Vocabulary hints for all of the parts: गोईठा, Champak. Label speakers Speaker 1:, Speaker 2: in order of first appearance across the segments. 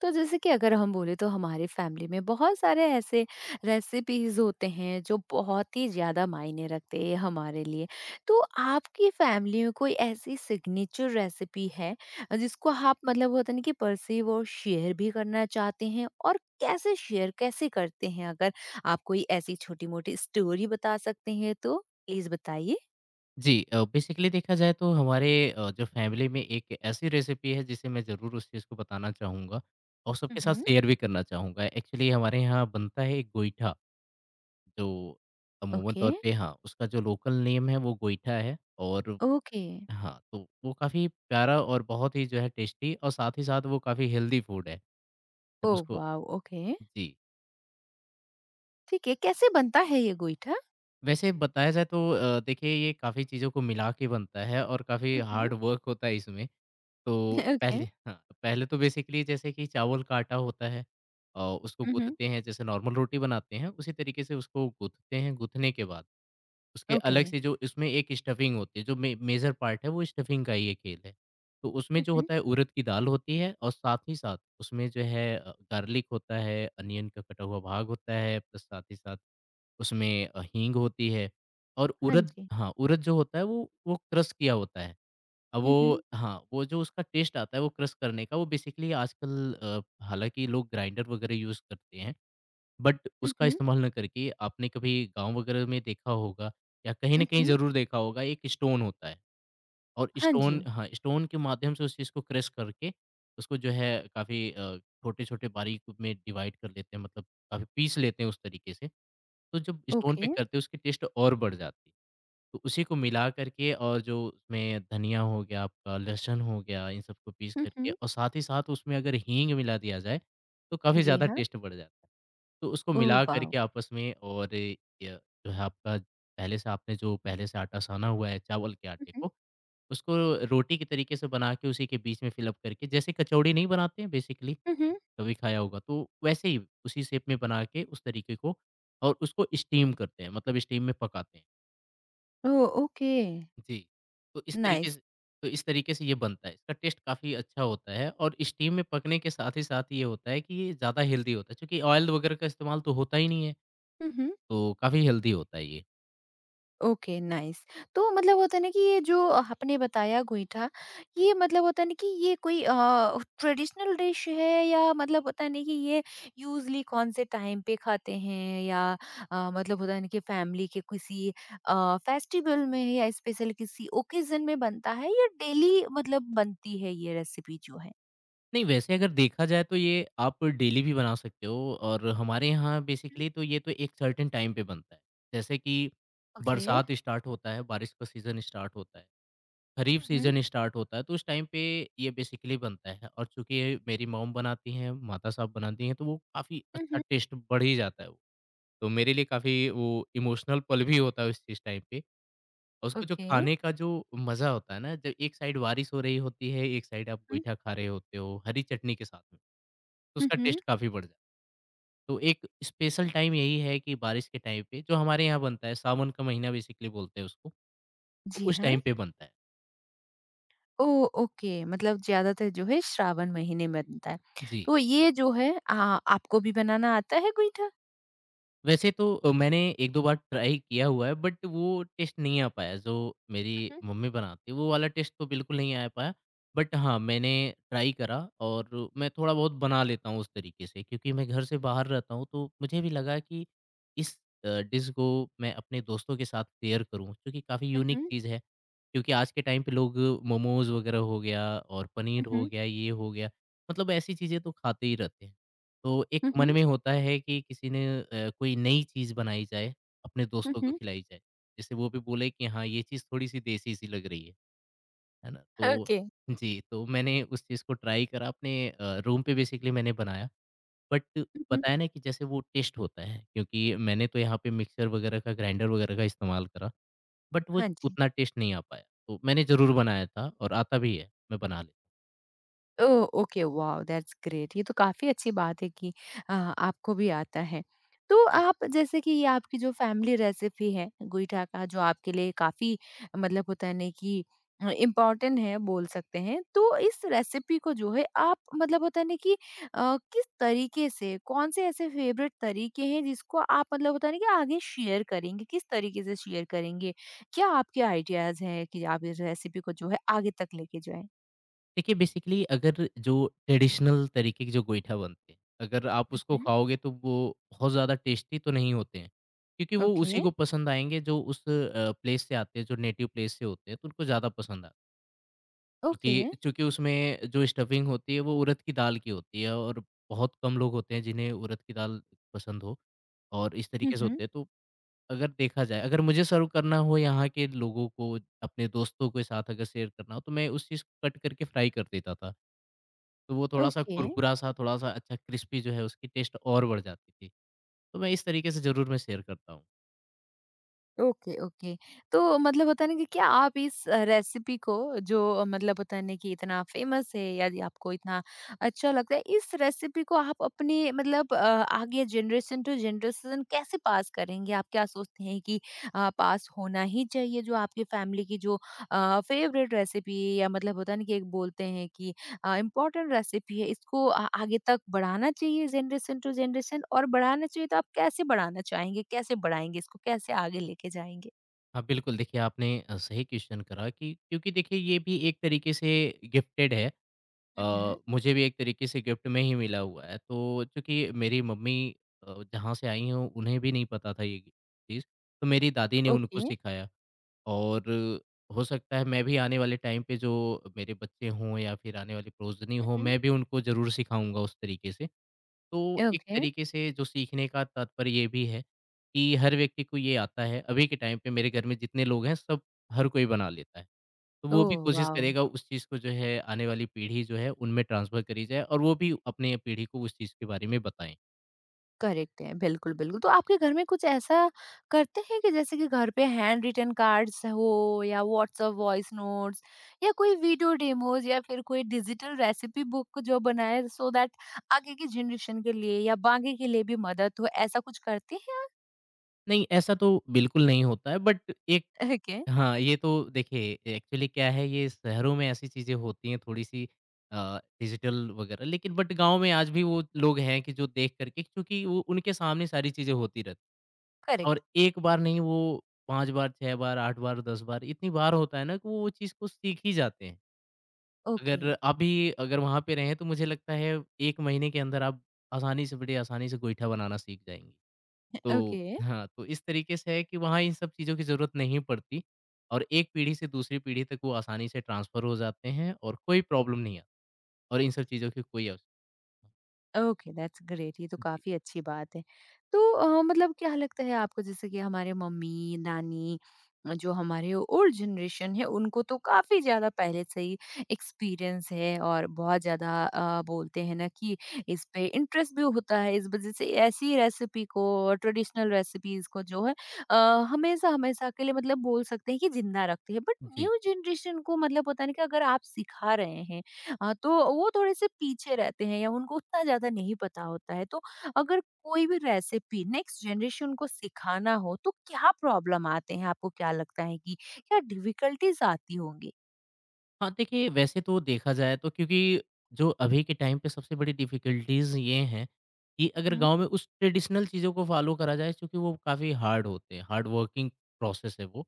Speaker 1: तो जैसे कि अगर हम बोले तो हमारे फैमिली में बहुत सारे ऐसे रेसिपीज होते हैं जो बहुत ही ज़्यादा मायने रखते हैं हमारे लिए। तो आपकी फैमिली में कोई ऐसी सिग्नेचर रेसिपी है जिसको आप मतलब होता है ना कि परसीव और शेयर भी करना चाहते हैं और कैसे शेयर कैसे करते हैं? अगर आप कोई ऐसी छोटी-मोटी स्टोरी बता सकते हैं तो प्लीज़ बताइए?
Speaker 2: जी बेसिकली देखा जाए तो हमारे जो फैमिली में एक ऐसी रेसिपी है जिसे मैं ज़रूर उस चीज़ को बताना चाहूँगा और सबके साथ
Speaker 1: उहुँ।
Speaker 2: शेयर भी करना चाहूँगा। एक्चुअली हमारे यहाँ बनता है एक गोईठा जो अमूमन
Speaker 1: ओके,
Speaker 2: तौर पे हाँ, उसका जो लोकल नेम है वो गोईठा है। और
Speaker 1: ओके।
Speaker 2: हाँ, तो वो काफ़ी प्यारा और बहुत ही जो है टेस्टी और साथ ही साथ वो काफ़ी हेल्दी फूड है। जब
Speaker 1: ओह
Speaker 2: उसको
Speaker 1: वाव! ओके।
Speaker 2: जी,
Speaker 1: ठीक है, कैसे बनता है ये गोईठा?
Speaker 2: वैसे बताया जाए तो देखिए ये काफ़ी चीज़ों को मिला के बनता है और काफ़ी
Speaker 1: उहुँ।
Speaker 2: हार्ड वर्क होता है इसमें। तो
Speaker 1: ओके।
Speaker 2: पहले हाँ, पहले तो बेसिकली जैसे कि चावल का आटा होता है और उसको
Speaker 1: उहुँ,
Speaker 2: गूँथते हैं, जैसे नॉर्मल रोटी बनाते हैं, उसी तरीके से उसको गूँथते हैं। गूँथने के बाद उसके
Speaker 1: ओके।
Speaker 2: अलग से जो इसमें एक स्टफ़िंग होती है, जो मे मेजर पार्ट है, वो स्टफ़िंग का ही एक खेल है। तो उसमें जो
Speaker 1: उहुँ,
Speaker 2: होता है उड़द की दाल होती है और साथ ही साथ उसमें जो है गार्लिक होता है, अनियन का कटा हुआ भाग होता है, प्लस साथ ही साथ उसमें हींग होती है। और
Speaker 1: हाँ
Speaker 2: उड़द
Speaker 1: जी।
Speaker 2: हाँ, उड़द जो होता है वो क्रश किया होता है। अब
Speaker 1: उहुँ,
Speaker 2: वो हाँ, वो जो उसका टेस्ट आता है वो क्रश करने का, वो बेसिकली आजकल हालाँकि लोग ग्राइंडर वगैरह यूज़ करते हैं, बट उसका
Speaker 1: उहुँ,
Speaker 2: इस्तेमाल ना करके आपने कभी गाँव वगैरह में देखा होगा या कहीं न कहीं
Speaker 1: उहुँ,
Speaker 2: ज़रूर देखा होगा, एक स्टोन होता है। और
Speaker 1: हाँ
Speaker 2: स्टोन
Speaker 1: जी,
Speaker 2: हाँ, स्टोन के माध्यम से उस चीज़ को क्रश करके उसको जो है काफ़ी छोटे-छोटे बारीक में डिवाइड कर लेते हैं, मतलब काफ़ी पीस लेते हैं उस तरीके से। तो जब स्टोन
Speaker 1: ओके।
Speaker 2: पे करते हैं उसकी टेस्ट और बढ़ जाती है। तो उसी को मिला करके और जो उसमें धनिया हो गया आपका, लहसुन हो गया, इन सबको पीस करके
Speaker 1: उहुँ,
Speaker 2: और साथ ही साथ उसमें अगर हींग मिला दिया जाए, तो काफ़ी
Speaker 1: जी
Speaker 2: ज़्यादा
Speaker 1: हाँ।
Speaker 2: टेस्ट बढ़ जाता है। तो उसको
Speaker 1: ओह
Speaker 2: मिला
Speaker 1: वाव!
Speaker 2: करके आपस में और य जो है आपका पहले से आटा साना हुआ है चावल के आटे
Speaker 1: उहुँ,
Speaker 2: को, उसको रोटी के तरीके से बना के उसी के बीच में फ़िल अप करके जैसे कचौड़ी नहीं बनाते हैं बेसिकली,
Speaker 1: उहुँ,
Speaker 2: कभी खाया होगा, तो वैसे ही उसी शेप में बना के उस तरीके को और उसको स्टीम करते हैं, मतलब स्टीम में पकाते हैं।
Speaker 1: ओह ओके,
Speaker 2: जी, तो इस तरीके
Speaker 1: नाइस।
Speaker 2: से तो इस तरीके से ये बनता है। इसका टेस्ट काफ़ी अच्छा होता है और स्टीम में पकने के साथ ही साथ ये होता है कि ये ज़्यादा हेल्दी होता है क्योंकि ऑयल वगैरह का इस्तेमाल तो होता ही नहीं है,
Speaker 1: उहुँ।
Speaker 2: तो काफ़ी हेल्दी होता है ये।
Speaker 1: Okay nice. तो मतलब होता है ना कि ये जो आपने बताया गोईठा, ये मतलब होता है ना कि ये कोई ट्रेडिशनल डिश है या मतलब होता है ना कि ये यूज़ुअली कौन-से टाइम पे खाते हैं या मतलब होता है ना कि फैमिली के किसी फेस्टिवल में या स्पेशल किसी ओकेज़न में बनता है या डेली मतलब बनती है ये रेसिपी जो है?
Speaker 2: नहीं, वैसे अगर देखा जाए तो ये आप डेली भी बना सकते हो और हमारे यहाँ
Speaker 1: हुँ।
Speaker 2: बेसिकली तो ये तो एक सर्टेन टाइम पे बनता है। जैसे कि
Speaker 1: ओके।
Speaker 2: बरसात स्टार्ट होता है, बारिश का सीज़न स्टार्ट होता है। खरीफ
Speaker 1: हुँ, हुँ।
Speaker 2: सीजन स्टार्ट होता है तो उस टाइम पे ये बेसिकली बनता है। और चूंकि ये मेरी मॉम बनाती हैं, माता साहब बनाती हैं, तो वो काफ़ी
Speaker 1: हुँ,
Speaker 2: अच्छा
Speaker 1: हुँ।
Speaker 2: टेस्ट बढ़ ही जाता है वो। तो मेरे लिए काफ़ी वो इमोशनल पल भी होता है उस चीज़ टाइम पे। और उसको जो
Speaker 1: ओके।
Speaker 2: खाने का जो मज़ा होता है ना, जब एक साइड बारिश हो रही होती है, एक साइड आप
Speaker 1: हुँ,
Speaker 2: गोईठा खा रहे होते हो हरी चटनी के साथ में, तो
Speaker 1: हुँ,
Speaker 2: उसका टेस्ट
Speaker 1: हुँ।
Speaker 2: काफ़ी बढ़ जाता है। तो एक स्पेशल टाइम यही है कि बारिश के टाइम पे जो हमारे यहाँ बनता है, सावन का महीना बेसिकली बोलते हैं उसको, तो
Speaker 1: जी
Speaker 2: उस
Speaker 1: हाँ।
Speaker 2: टाइम पे बनता है।
Speaker 1: ओह! ओके मतलब ज़्यादातर जो है श्रावण महीने में बनता है।
Speaker 2: जी।
Speaker 1: तो ये जो है आपको भी बनाना आता है गोईठा?
Speaker 2: वैसे तो मैंने 1-2 बार ट्राई किया हुआ है बट वो टेस्ट नहीं आ पाया जो मेरी मम्मी बनाती है, वो वाला टेस्ट तो बिल्कुल नहीं आ पाया। बट हाँ, मैंने ट्राई करा और मैं थोड़ा बहुत बना लेता हूँ उस तरीके से, क्योंकि मैं घर से बाहर रहता हूँ तो मुझे भी लगा कि इस डिश को मैं अपने दोस्तों के साथ शेयर करूँ, क्योंकि काफ़ी
Speaker 1: हुँ,
Speaker 2: यूनिक
Speaker 1: हुँ।
Speaker 2: चीज़ है। क्योंकि आज के टाइम पे लोग मोमोज़ वगैरह हो गया और पनीर
Speaker 1: हुँ,
Speaker 2: हो
Speaker 1: हुँ।
Speaker 2: गया, ये हो गया, मतलब ऐसी चीज़ें तो खाते ही रहते हैं। तो एक
Speaker 1: हुँ, हुँ। हुँ,
Speaker 2: मन
Speaker 1: हुँ।
Speaker 2: में होता है कि किसी ने कोई नई चीज़ बनाई जाए, अपने दोस्तों को
Speaker 1: हुँ,
Speaker 2: खिलाई जाए। जैसे वो भी बोले कि हाँ, ये चीज़ थोड़ी-सी देसी-सी लग रही है ना?
Speaker 1: हुँ।
Speaker 2: तो
Speaker 1: ओके।
Speaker 2: जी, तो मैंने उस चीज़ को ट्राई करा, अपने रूम पे बेसिकली मैंने बनाया। बट
Speaker 1: हुँ, हुँ।
Speaker 2: बताया ना कि जैसे वो टेस्ट होता है, क्योंकि मैंने तो यहाँ पे मिक्सर वगैरह का, ग्राइंडर वगैरह का इस्तेमाल करा, बट वो
Speaker 1: हाँ जी।
Speaker 2: उतना टेस्ट नहीं आ पाया। तो मैंने ज़रूर बनाया था और आता भी है, मैं बना लेता
Speaker 1: oh! Okay, wow that's great ये तो काफ़ी अच्छी बात है कि आपको भी आता है। तो
Speaker 2: हूँ।
Speaker 1: आप जैसे कि ये आपकी जो फैमिली रेसिपी है गोईठा का जो आपके लिए काफ़ी मतलब होता है ना कि इम्पोर्टेंट है बोल सकते हैं। तो इस रेसिपी को जो है आप मतलब होता है ना कि किस तरीके से कौन-से ऐसे फेवरेट तरीके हैं जिसको आप मतलब होता है ना कि आगे शेयर करेंगे? किस तरीके से शेयर करेंगे? क्या आपके आइडियाज़ हैं कि आप इस रेसिपी को जो है आगे तक लेके जाएँ?
Speaker 2: देखिए बेसिकली अगर जो ट्रेडिशनल तरीके के जो गोईठा बनते हैं, अगर आप
Speaker 1: हुँ,
Speaker 2: उसको
Speaker 1: हुँ।
Speaker 2: खाओगे तो वो बहुत ज़्यादा टेस्टी तो नहीं होते हैं, क्योंकि वो उसी
Speaker 1: ओके।
Speaker 2: को पसंद आएँगे जो उस प्लेस से आते हैं, जो नेटिव प्लेस से होते हैं, तो उनको ज़्यादा पसंद आता है।
Speaker 1: ओके।
Speaker 2: क्योंकि चूँकि उसमें जो स्टफिंग होती है वो उड़द की दाल की होती है, और बहुत कम लोग होते हैं जिन्हें उड़द की दाल पसंद हो, और इस
Speaker 1: हुँ,
Speaker 2: तरीके से
Speaker 1: हुँ।
Speaker 2: होते हैं। तो अगर देखा जाए, अगर मुझे सर्व करना हो यहाँ के लोगों को, अपने दोस्तों के साथ अगर शेयर करना हो, तो मैं उस चीज़ को कट करके फ्राई कर देता था। तो वो थोड़ा-सा
Speaker 1: ओके,
Speaker 2: कुरकुरा-सा, थोड़ा-सा अच्छा क्रिस्पी जो है उसकी टेस्ट और बढ़ जाती थी। तो मैं इस तरीके से ज़रूर मैं शेयर करता हूँ।
Speaker 1: Okay, okay. तो मतलब होता है ना कि क्या आप इस रेसिपी को जो मतलब होता है ना कि इतना फ़ेमस है या ज आपको इतना अच्छा लगता है, इस रेसिपी को आप अपने मतलब आगे जनरेशन टू जनरेशन कैसे पास करेंगे? आप क्या सोचते हैं कि पास होना ही चाहिए जो आपकी फैमिली की जो फ़ेवरेट रेसिपी है, या मतलब होता है ना कि एक बोलते हैं कि इम्पोर्टेंट रेसिपी है इसको आगे तक बढ़ाना चाहिए जनरेशन टू जनरेशन और बढ़ाना चाहिए तो आप कैसे बढ़ाना चाहेंगे कैसे बढ़ाएंगे इसको कैसे आगे लेके जाएंगे?
Speaker 2: हाँ, बिल्कुल देखिए आपने सही क्वेश्चन करा कि, क्योंकि देखिए ये भी एक तरीके से गिफ्टेड है।
Speaker 1: हम्म।
Speaker 2: मुझे भी एक तरीके से गिफ्ट में ही मिला हुआ है। तो चूँकि मेरी मम्मी जहाँ से आई हो उन्हें भी नहीं पता था ये चीज़, तो मेरी दादी ने उनको
Speaker 1: ओके।
Speaker 2: सिखाया। और हो सकता है मैं भी आने वाले टाइम पे जो मेरे बच्चे हों या फिर आने वाली प्रोजनी हो,
Speaker 1: हम्म।
Speaker 2: मैं भी उनको ज़रूर सिखाऊँगा उस तरीके से। तो एक
Speaker 1: ओके।
Speaker 2: तरीके से जो सीखने का तात्पर्य ये भी है कि हर व्यक्ति को ये आता है, अभी के टाइम पे मेरे घर में जितने लोग हैं सब, हर कोई बना लेता है। तो
Speaker 1: ओ
Speaker 2: वो भी कोशिश
Speaker 1: वाओ!
Speaker 2: करेगा उस चीज़ को जो है आने वाली पीढ़ी जो है उनमें ट्रांसफ़र करी जाए, और वो भी अपने पीढ़ी को उस चीज़ के बारे में बताएँ।
Speaker 1: करेक्ट है बिल्कुल बिल्कुल, तो आपके घर में कुछ ऐसा करते हैं कि जैसे कि घर पे हैंड रिटन कार्ड्स हो या व्हाट्सएप वॉइस नोट्स या कोई वीडियो डेमोज या फिर कोई डिजिटल रेसिपी बुक जो बनाए सो दैट आगे की जनरेशन के लिए या बाकी के लिए भी मदद हो, ऐसा कुछ करते हैं?
Speaker 2: नहीं, ऐसा तो बिल्कुल नहीं होता है बट एक
Speaker 1: ओके,
Speaker 2: हाँ, ये तो देखिए एक्चुअली क्या है ये शहरों में ऐसी चीज़ें होती हैं थोड़ी-सी डिजिटल वगैरह लेकिन, बट गाँव में आज भी वो लोग हैं कि जो देख कर के, क्योंकि वो उनके सामने सारी चीज़ें होती रहती। और
Speaker 1: करेक्ट,
Speaker 2: एक बार नहीं, वो 5 बार, 6 बार, 8 बार, 10 बार इतनी बार होता है ना कि वो चीज़ को सीख ही जाते हैं।
Speaker 1: ओके,
Speaker 2: अगर अभी अगर वहाँ पे रहें तो मुझे लगता है 1 महीने के अंदर आप आसानी से, बड़ी आसानी से गोईठा बनाना सीख जाएँगी। तो
Speaker 1: ओके,
Speaker 2: हाँ, तो इस तरीके से है कि वहाँ इन सब चीज़ों की ज़रूरत नहीं पड़ती, और एक पीढ़ी से दूसरी पीढ़ी तक वो आसानी से ट्रांसफ़र हो जाते हैं और कोई प्रॉब्लम नहीं आती, और इन सब चीज़ों की कोई आवश्यकता
Speaker 1: ओके, दैट्स ग्रेट ये तो
Speaker 2: नहीं। जी।
Speaker 1: काफ़ी अच्छी बात है। तो मतलब क्या लगता है आपको जैसे कि हमारे मम्मी, नानी जो हमारे ओल्ड जनरेशन है उनको तो काफ़ी ज़्यादा पहले से ही एक्सपीरियंस है और बहुत ज़्यादा बोलते हैं ना कि इस पे इंटरेस्ट भी होता है। इस वज़ह से ऐसी रेसिपी को ट्रेडिशनल रेसिपीज़ को जो है अ, हमेशा-हमेशा के लिए मतलब बोल सकते हैं कि ज़िंदा रखते हैं। But
Speaker 2: ji.
Speaker 1: न्यू जनरेशन को मतलब पता नहीं कि अगर आप सिखा रहे हैं हाँ, तो वो थोड़े-से पीछे रहते हैं या उनको उतना ज़्यादा नहीं पता होता है। तो अगर कोई भी रेसिपी नेक्स्ट जनरेशन को सिखाना हो तो क्या प्रॉब्लम आते हैं? आपको क्या लगता है कि क्या डिफिकल्टीज़ आती होंगी?
Speaker 2: हाँ, देखिए वैसे तो देखा जाए तो, क्योंकि जो अभी के टाइम पे सबसे बड़ी डिफ़िकल्टीज़ ये हैं कि
Speaker 1: हुँ,
Speaker 2: अगर
Speaker 1: हुँ,
Speaker 2: गाँव में उस ट्रेडिशनल चीज़ों को फ़ॉलो करा जाए, क्योंकि वो काफ़ी हार्ड होते हैं, हार्ड वर्किंग प्रोसेस है वो,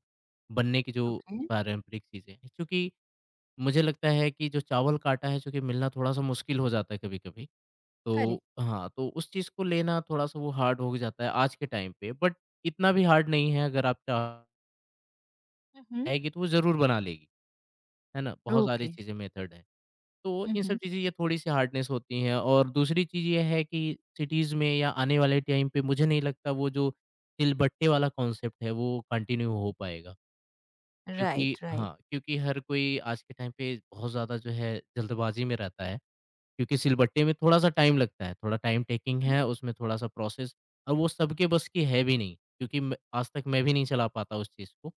Speaker 2: बनने की जो
Speaker 1: ओके।
Speaker 2: पारंपरिक चीज़ें हैं। क्योंकि मुझे लगता है कि जो चावल का आटा है चूँकि मिलना थोड़ा-सा मुश्किल हो जाता है कभी-कभी, तो
Speaker 1: करेक्ट।
Speaker 2: हाँ, तो उस चीज़ को लेना थोड़ा-सा वो हार्ड हो जाता है आज के टाइम पे, बट इतना भी हार्ड नहीं है, अगर आप
Speaker 1: हुँ, हुँ।
Speaker 2: चाहेगी तो वो ज़रूर बना लेगी, है ना? बहुत सारी
Speaker 1: ओके।
Speaker 2: चीज़ें मेथड हैं। तो
Speaker 1: हुँ,
Speaker 2: इन सब
Speaker 1: हुँ।
Speaker 2: चीज़ें ये थोड़ी-सी हार्डनेस होती हैं और दूसरी चीज़ ये है कि सिटीज़ में या आने वाले टाइम पे मुझे नहीं लगता वो जो सिलबट्टे वाला कॉन्सेप्ट है, वो कंटिन्यू हो पाएगा। क्योंकि
Speaker 1: राइट, राइट।
Speaker 2: हाँ, क्योंकि हर कोई आज के टाइम पे बहुत ज़्यादा जो है जल्दबाज़ी में रहता है, क्योंकि सिलबट्टे में थोड़ा-सा टाइम लगता है, थोड़ा टाइम
Speaker 1: हुँ,
Speaker 2: टेकिंग
Speaker 1: हुँ।
Speaker 2: है, उसमें थोड़ा-सा प्रोसेस और वो सबके बस की है भी नहीं, क्योंकि मैं आज तक मैं भी नहीं चला पाता उस चीज़ को।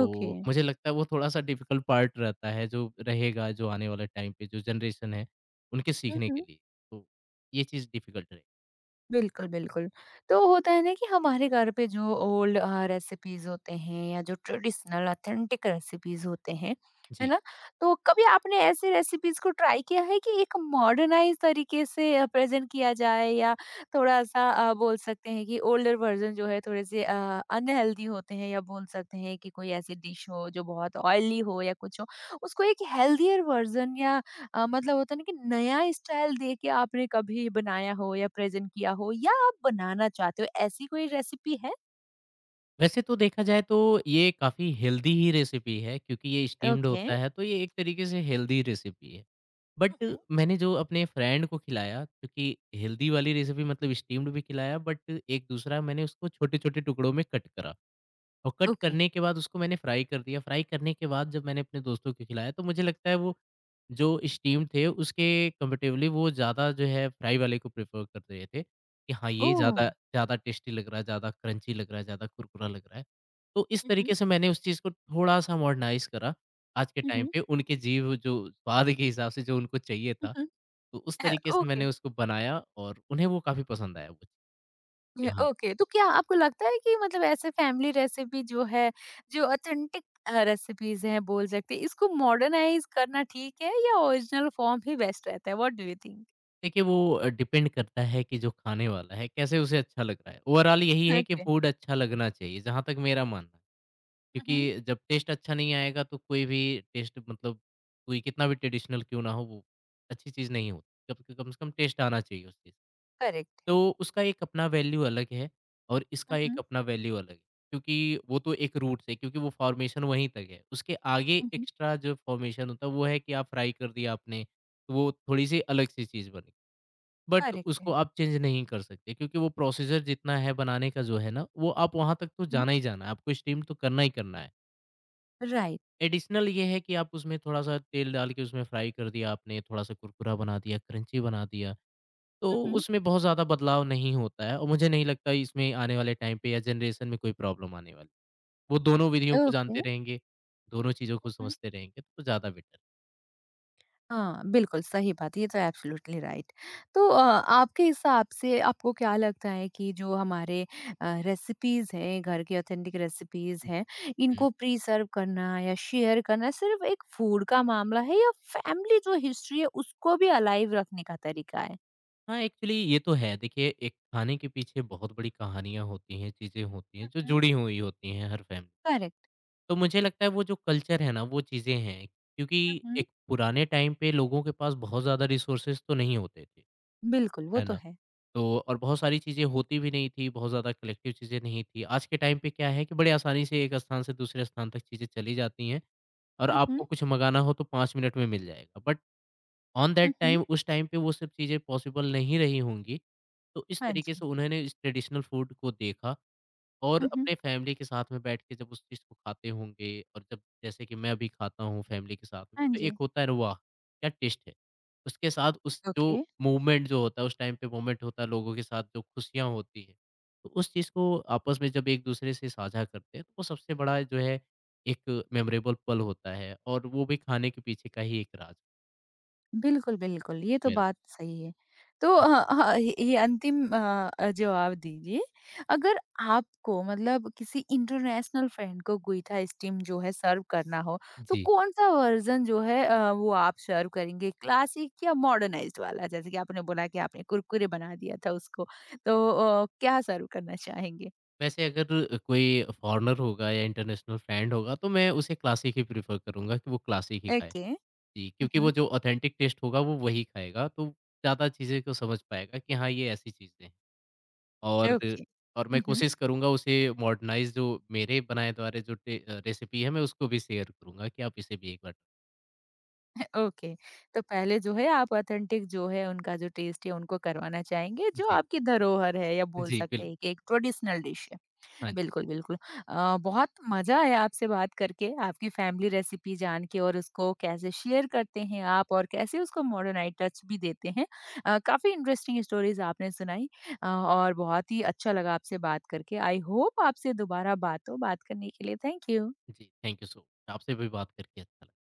Speaker 1: ओके।
Speaker 2: मुझे लगता है वो थोड़ा-सा डिफ़िकल्ट पार्ट रहता है, जो रहेगा, जो आने वाले टाइम पे जो जनरेशन है, उनके
Speaker 1: हुँ,
Speaker 2: सीखने के
Speaker 1: हुँ।
Speaker 2: लिए। तो ये चीज़ डिफ़िकल्ट रहे।
Speaker 1: बिल्कुल, बिल्कुल। तो होता है ना कि हमारे घर पे जो ओल्ड रेसिपीज़ होते हैं या जो ट्रेडिशनल ऑथेंटिक रेसिपीज़ होते हैं, है
Speaker 2: जी।
Speaker 1: ना? तो कभी आपने ऐसे रेसिपीज़ को ट्राई किया है कि एक मॉडर्नाइज़ तरीके से प्रेज़ेंट किया जाए या थोड़ा-सा बोल सकते हैं कि ओल्डर वर्ज़न जो है थोड़े से अनहेल्दी होते हैं या बोल सकते हैं कि कोई ऐसी डिश हो जो बहुत ऑयली हो या कुछ हो, उसको एक हेल्दियर वर्ज़न या मतलब होता है ना कि नया स्टाइल देख के आपने कभी बनाया हो या प्रेजेंट किया हो या आप बनाना चाहते हो, ऐसी कोई रेसिपी है?
Speaker 2: वैसे तो देखा जाए तो ये काफ़ी हेल्दी ही रेसिपी है, क्योंकि ये स्टीम्ड
Speaker 1: ओके।
Speaker 2: होता है, तो ये एक तरीके से हेल्दी रेसिपी है। बट
Speaker 1: हुँ,
Speaker 2: मैंने जो अपने फ्रेंड को खिलाया, क्योंकि हेल्दी वाली रेसिपी मतलब स्टीम्ड भी खिलाया, बट एक दूसरा मैंने उसको छोटे-छोटे टुकड़ों में कट करा। और कट
Speaker 1: ओके।
Speaker 2: करने के बाद उसको मैंने फ्राई कर दिया। फ्राई करने के बाद जब मैंने अपने दोस्तों को खिलाया, तो मुझे लगता है वो जो स्टीम थे उसके कंपैरेटिवली वो ज़्यादा जो है फ्राई वाले को प्रेफ़र कर रहे थे, कि हाँ, ये
Speaker 1: ओह!
Speaker 2: ज़्यादा ज़्यादा टेस्टी लग रहा है, ज़्यादा क्रंची लग रहा है, ज़्यादा कुरकुरा लग रहा है। तो इस
Speaker 1: हुँ,
Speaker 2: तरीके
Speaker 1: हुँ,
Speaker 2: से मैंने उस चीज़ को थोड़ा-सा मॉडर्नाइज़ करा, आज के
Speaker 1: हुँ,
Speaker 2: टाइम
Speaker 1: हुँ,
Speaker 2: पे उनके जीभ जो स्वाद के हिसाब से जो उनको चाहिए
Speaker 1: हुँ,
Speaker 2: था,
Speaker 1: हुँ।
Speaker 2: तो उस तरीके से
Speaker 1: ओके,
Speaker 2: मैंने उसको बनाया और उन्हें वो काफ़ी पसंद आया वो।
Speaker 1: ये ओके। तो क्या आपको लगता है कि मतलब ऐसे फैमिली रेसिपी जो है, जो ऑथेंटिक रेसिपीज़ हैं बोल सकते हैं, इसको मॉडर्नाइज़ करना ठीक है या ओरिजिनल फॉर्म ही बेस्ट रहता है? What do you think?
Speaker 2: देखिए, वो डिपेंड करता है कि जो खाने वाला है कैसे उसे अच्छा लग रहा है। ओवरऑल यही है कि
Speaker 1: ओके।
Speaker 2: फूड अच्छा लगना चाहिए, जहाँ तक मेरा मानना है।
Speaker 1: हुँ, हुँ।
Speaker 2: क्योंकि जब टेस्ट अच्छा नहीं आएगा, तो कोई भी टेस्ट मतलब कोई कितना भी ट्रेडिशनल क्यों ना हो वो अच्छी चीज़ नहीं होती। कम कम से कम टेस्ट आना चाहिए उस चीज़।
Speaker 1: करेक्ट है।
Speaker 2: तो उसका एक अपना वैल्यू अलग है और इसका
Speaker 1: हुँ,
Speaker 2: एक
Speaker 1: हुँ,
Speaker 2: अपना वैल्यू अलग है। क्योंकि वो तो एक रूट से, क्योंकि वो फ़ॉर्मेशन वहीं तक है। उसके आगे
Speaker 1: हुँ, हुँ।
Speaker 2: एक्स्ट्रा जो फ़ॉर्मेशन होता है, वो है कि आप फ्राई कर दिया आपने, तो वो थोड़ी-सी अलग-सी चीज़ बनी। बट
Speaker 1: करेक्ट
Speaker 2: उसको
Speaker 1: है।
Speaker 2: आप चेंज नहीं कर सकते, क्योंकि वो प्रोसीजर जितना है बनाने का जो है ना, वो आप वहाँ तक तो
Speaker 1: हुँ, हुँ।
Speaker 2: जाना ही जाना है, आपको स्टीम तो करना ही करना है।
Speaker 1: राइट।
Speaker 2: एडिशनल ये है कि आप उसमें थोड़ा-सा तेल डाल के उसमें फ्राई कर दिया आपने, थोड़ा-सा कुरकुरा बना दिया, क्रंची बना दिया, तो
Speaker 1: हुँ, हुँ।
Speaker 2: उसमें बहुत ज़्यादा बदलाव नहीं होता है, और मुझे नहीं लगता इसमें आने वाले टाइम पे या जनरेशन में कोई प्रॉब्लम आने वाली। वो दोनों विधियों को
Speaker 1: ओके।
Speaker 2: जानते रहेंगे, दोनों चीज़ों को
Speaker 1: हुँ।
Speaker 2: समझते रहेंगे, तो ज़्यादा बेटर।
Speaker 1: हाँ, बिल्कुल सही बात है, ये तो एब्सोल्युटली राइट। तो आपके हिसाब से आपको क्या लगता है कि जो हमारे रेसिपीज़ हैं, घर की ऑथेंटिक रेसिपीज़ हैं, इनको प्रिज़र्व करना या शेयर करना सिर्फ़ एक फूड का मामला है या फैमिली जो हिस्ट्री है, उसको भी अलाइव रखने का तरीका है?
Speaker 2: हाँ, एक्चुअली ये तो है। देखिए, एक खाने के पीछे बहुत बड़ी कहानियाँ होती हैं, चीज़ें होती हैं,
Speaker 1: हुँ,
Speaker 2: जो
Speaker 1: हुँ।
Speaker 2: जुड़ी हुई होती हैं हर फैमिली।
Speaker 1: करेक्ट।
Speaker 2: तो मुझे लगता है वो जो कल्चर है ना, वो चीज़ें हैं। क्योंकि
Speaker 1: हुँ, हुँ।
Speaker 2: एक पुराने टाइम पे लोगों के पास बहुत ज़्यादा रिसोर्सेज़ तो नहीं होते थे,
Speaker 1: बिल्कुल, वो
Speaker 2: है
Speaker 1: तो
Speaker 2: ना?
Speaker 1: है।
Speaker 2: तो और बहुत सारी चीज़ें होती भी नहीं थी, बहुत ज़्यादा कलेक्टिव चीज़ें नहीं थी। आज के टाइम पे क्या है कि बड़े आसानी से एक स्थान से दूसरे स्थान तक चीज़ें चली जाती हैं और
Speaker 1: हुँ, हुँ।
Speaker 2: आपको कुछ मँगाना हो तो 5 मिनट में मिल जाएगा। But on
Speaker 1: hmm,
Speaker 2: that
Speaker 1: hmm.
Speaker 2: Time, उस टाइम पे वो सब चीज़ें पॉसिबल नहीं रही होंगी, तो इस
Speaker 1: हाँ
Speaker 2: तरीके
Speaker 1: जी।
Speaker 2: से उन्होंने इस ट्रेडिशनल फूड को देखा और
Speaker 1: हुँ, हुँ।
Speaker 2: अपने फैमिली के साथ में बैठ के जब उस चीज़ को खाते होंगे, और जब जैसे कि मैं अभी खाता हूँ फैमिली के साथ में,
Speaker 1: हाँ
Speaker 2: तो एक
Speaker 1: जी।
Speaker 2: होता है अरे वाह! क्या टेस्ट है। उसके साथ उस जो
Speaker 1: ओके।
Speaker 2: मूवमेंट जो होता है, उस टाइम पे मूवमेंट होता है लोगों के साथ जो खुशियाँ होती हैं, तो उस चीज़ को आपस में जब एक-दूसरे से साझा करते हैं, तो वो सबसे बड़ा जो है एक मेमोरेबल पल होता है, और वो भी खाने के पीछे का ही एक राज
Speaker 1: बिल्कुल, बिल्कुल, ये तो
Speaker 2: मेरा।
Speaker 1: बात सही है। तो ये अंतिम जवाब दीजिए, अगर आपको मतलब किसी इंटरनेशनल फ्रेंड को गूइथा स्टीम जो है सर्व करना हो, तो
Speaker 2: जी।
Speaker 1: कौन-सा वर्ज़न जो है वो आप सर्व करेंगे? क्लासिक या मॉडर्नाइज़्ड वाला? जैसे कि आपने बोला कि आपने कुरकुरे बना दिया था उसको, तो क्या सर्व करना चाहेंगे?
Speaker 2: वैसे अगर कोई फॉरेनर होगा या इंटरनेशनल फ्रेंड होगा, तो मैं उसे क्लासिक ही प्रेफ़र करूँगा कि वो क्लासिक ही खाए।
Speaker 1: ओके।
Speaker 2: जी,
Speaker 1: हुँ,
Speaker 2: क्योंकि वो
Speaker 1: हुँ।
Speaker 2: जो ऑथेंटिक टेस्ट होगा वो वही खाएगा, तो ज़्यादा चीज़ें को समझ पाएगा कि हाँ, ये ऐसी चीज़ें हैं। और
Speaker 1: ओके।
Speaker 2: और मैं
Speaker 1: हुँ, हुँ।
Speaker 2: कोशिश करूँगा उसे मॉडर्नाइज़ जो मेरे बनाए द्वारा जो रेसिपी है, मैं उसको भी शेयर करूँगा कि आप इसे भी एक बार।
Speaker 1: ओके। तो पहले जो है आप ऑथेंटिक जो है उनका जो टेस्ट है उनको करवाना चाहेंगे जो
Speaker 2: जी,
Speaker 1: आपकी धरोहर है या बोल
Speaker 2: जी
Speaker 1: सकते हैं
Speaker 2: बिल्कुल।
Speaker 1: कि एक ट्रेडिशनल डिश है।
Speaker 2: हाँ जी,
Speaker 1: बिल्कुल, बिल्कुल। बहुत मज़ा आया आपसे बात करके, आपकी फैमिली रेसिपी जान के और उसको कैसे शेयर करते हैं आप और कैसे उसको मॉडर्नाइज़ टच भी देते हैं। काफ़ी इंटरेस्टिंग स्टोरीज़ आपने सुनाई और बहुत ही अच्छा लगा आपसे बात करके। आई होप आपसे दोबारा बात हो, बात करने के लिए थैंक यू।
Speaker 2: जी थैंक यू सो मच, आपसे भी बात करके अच्छा लगा।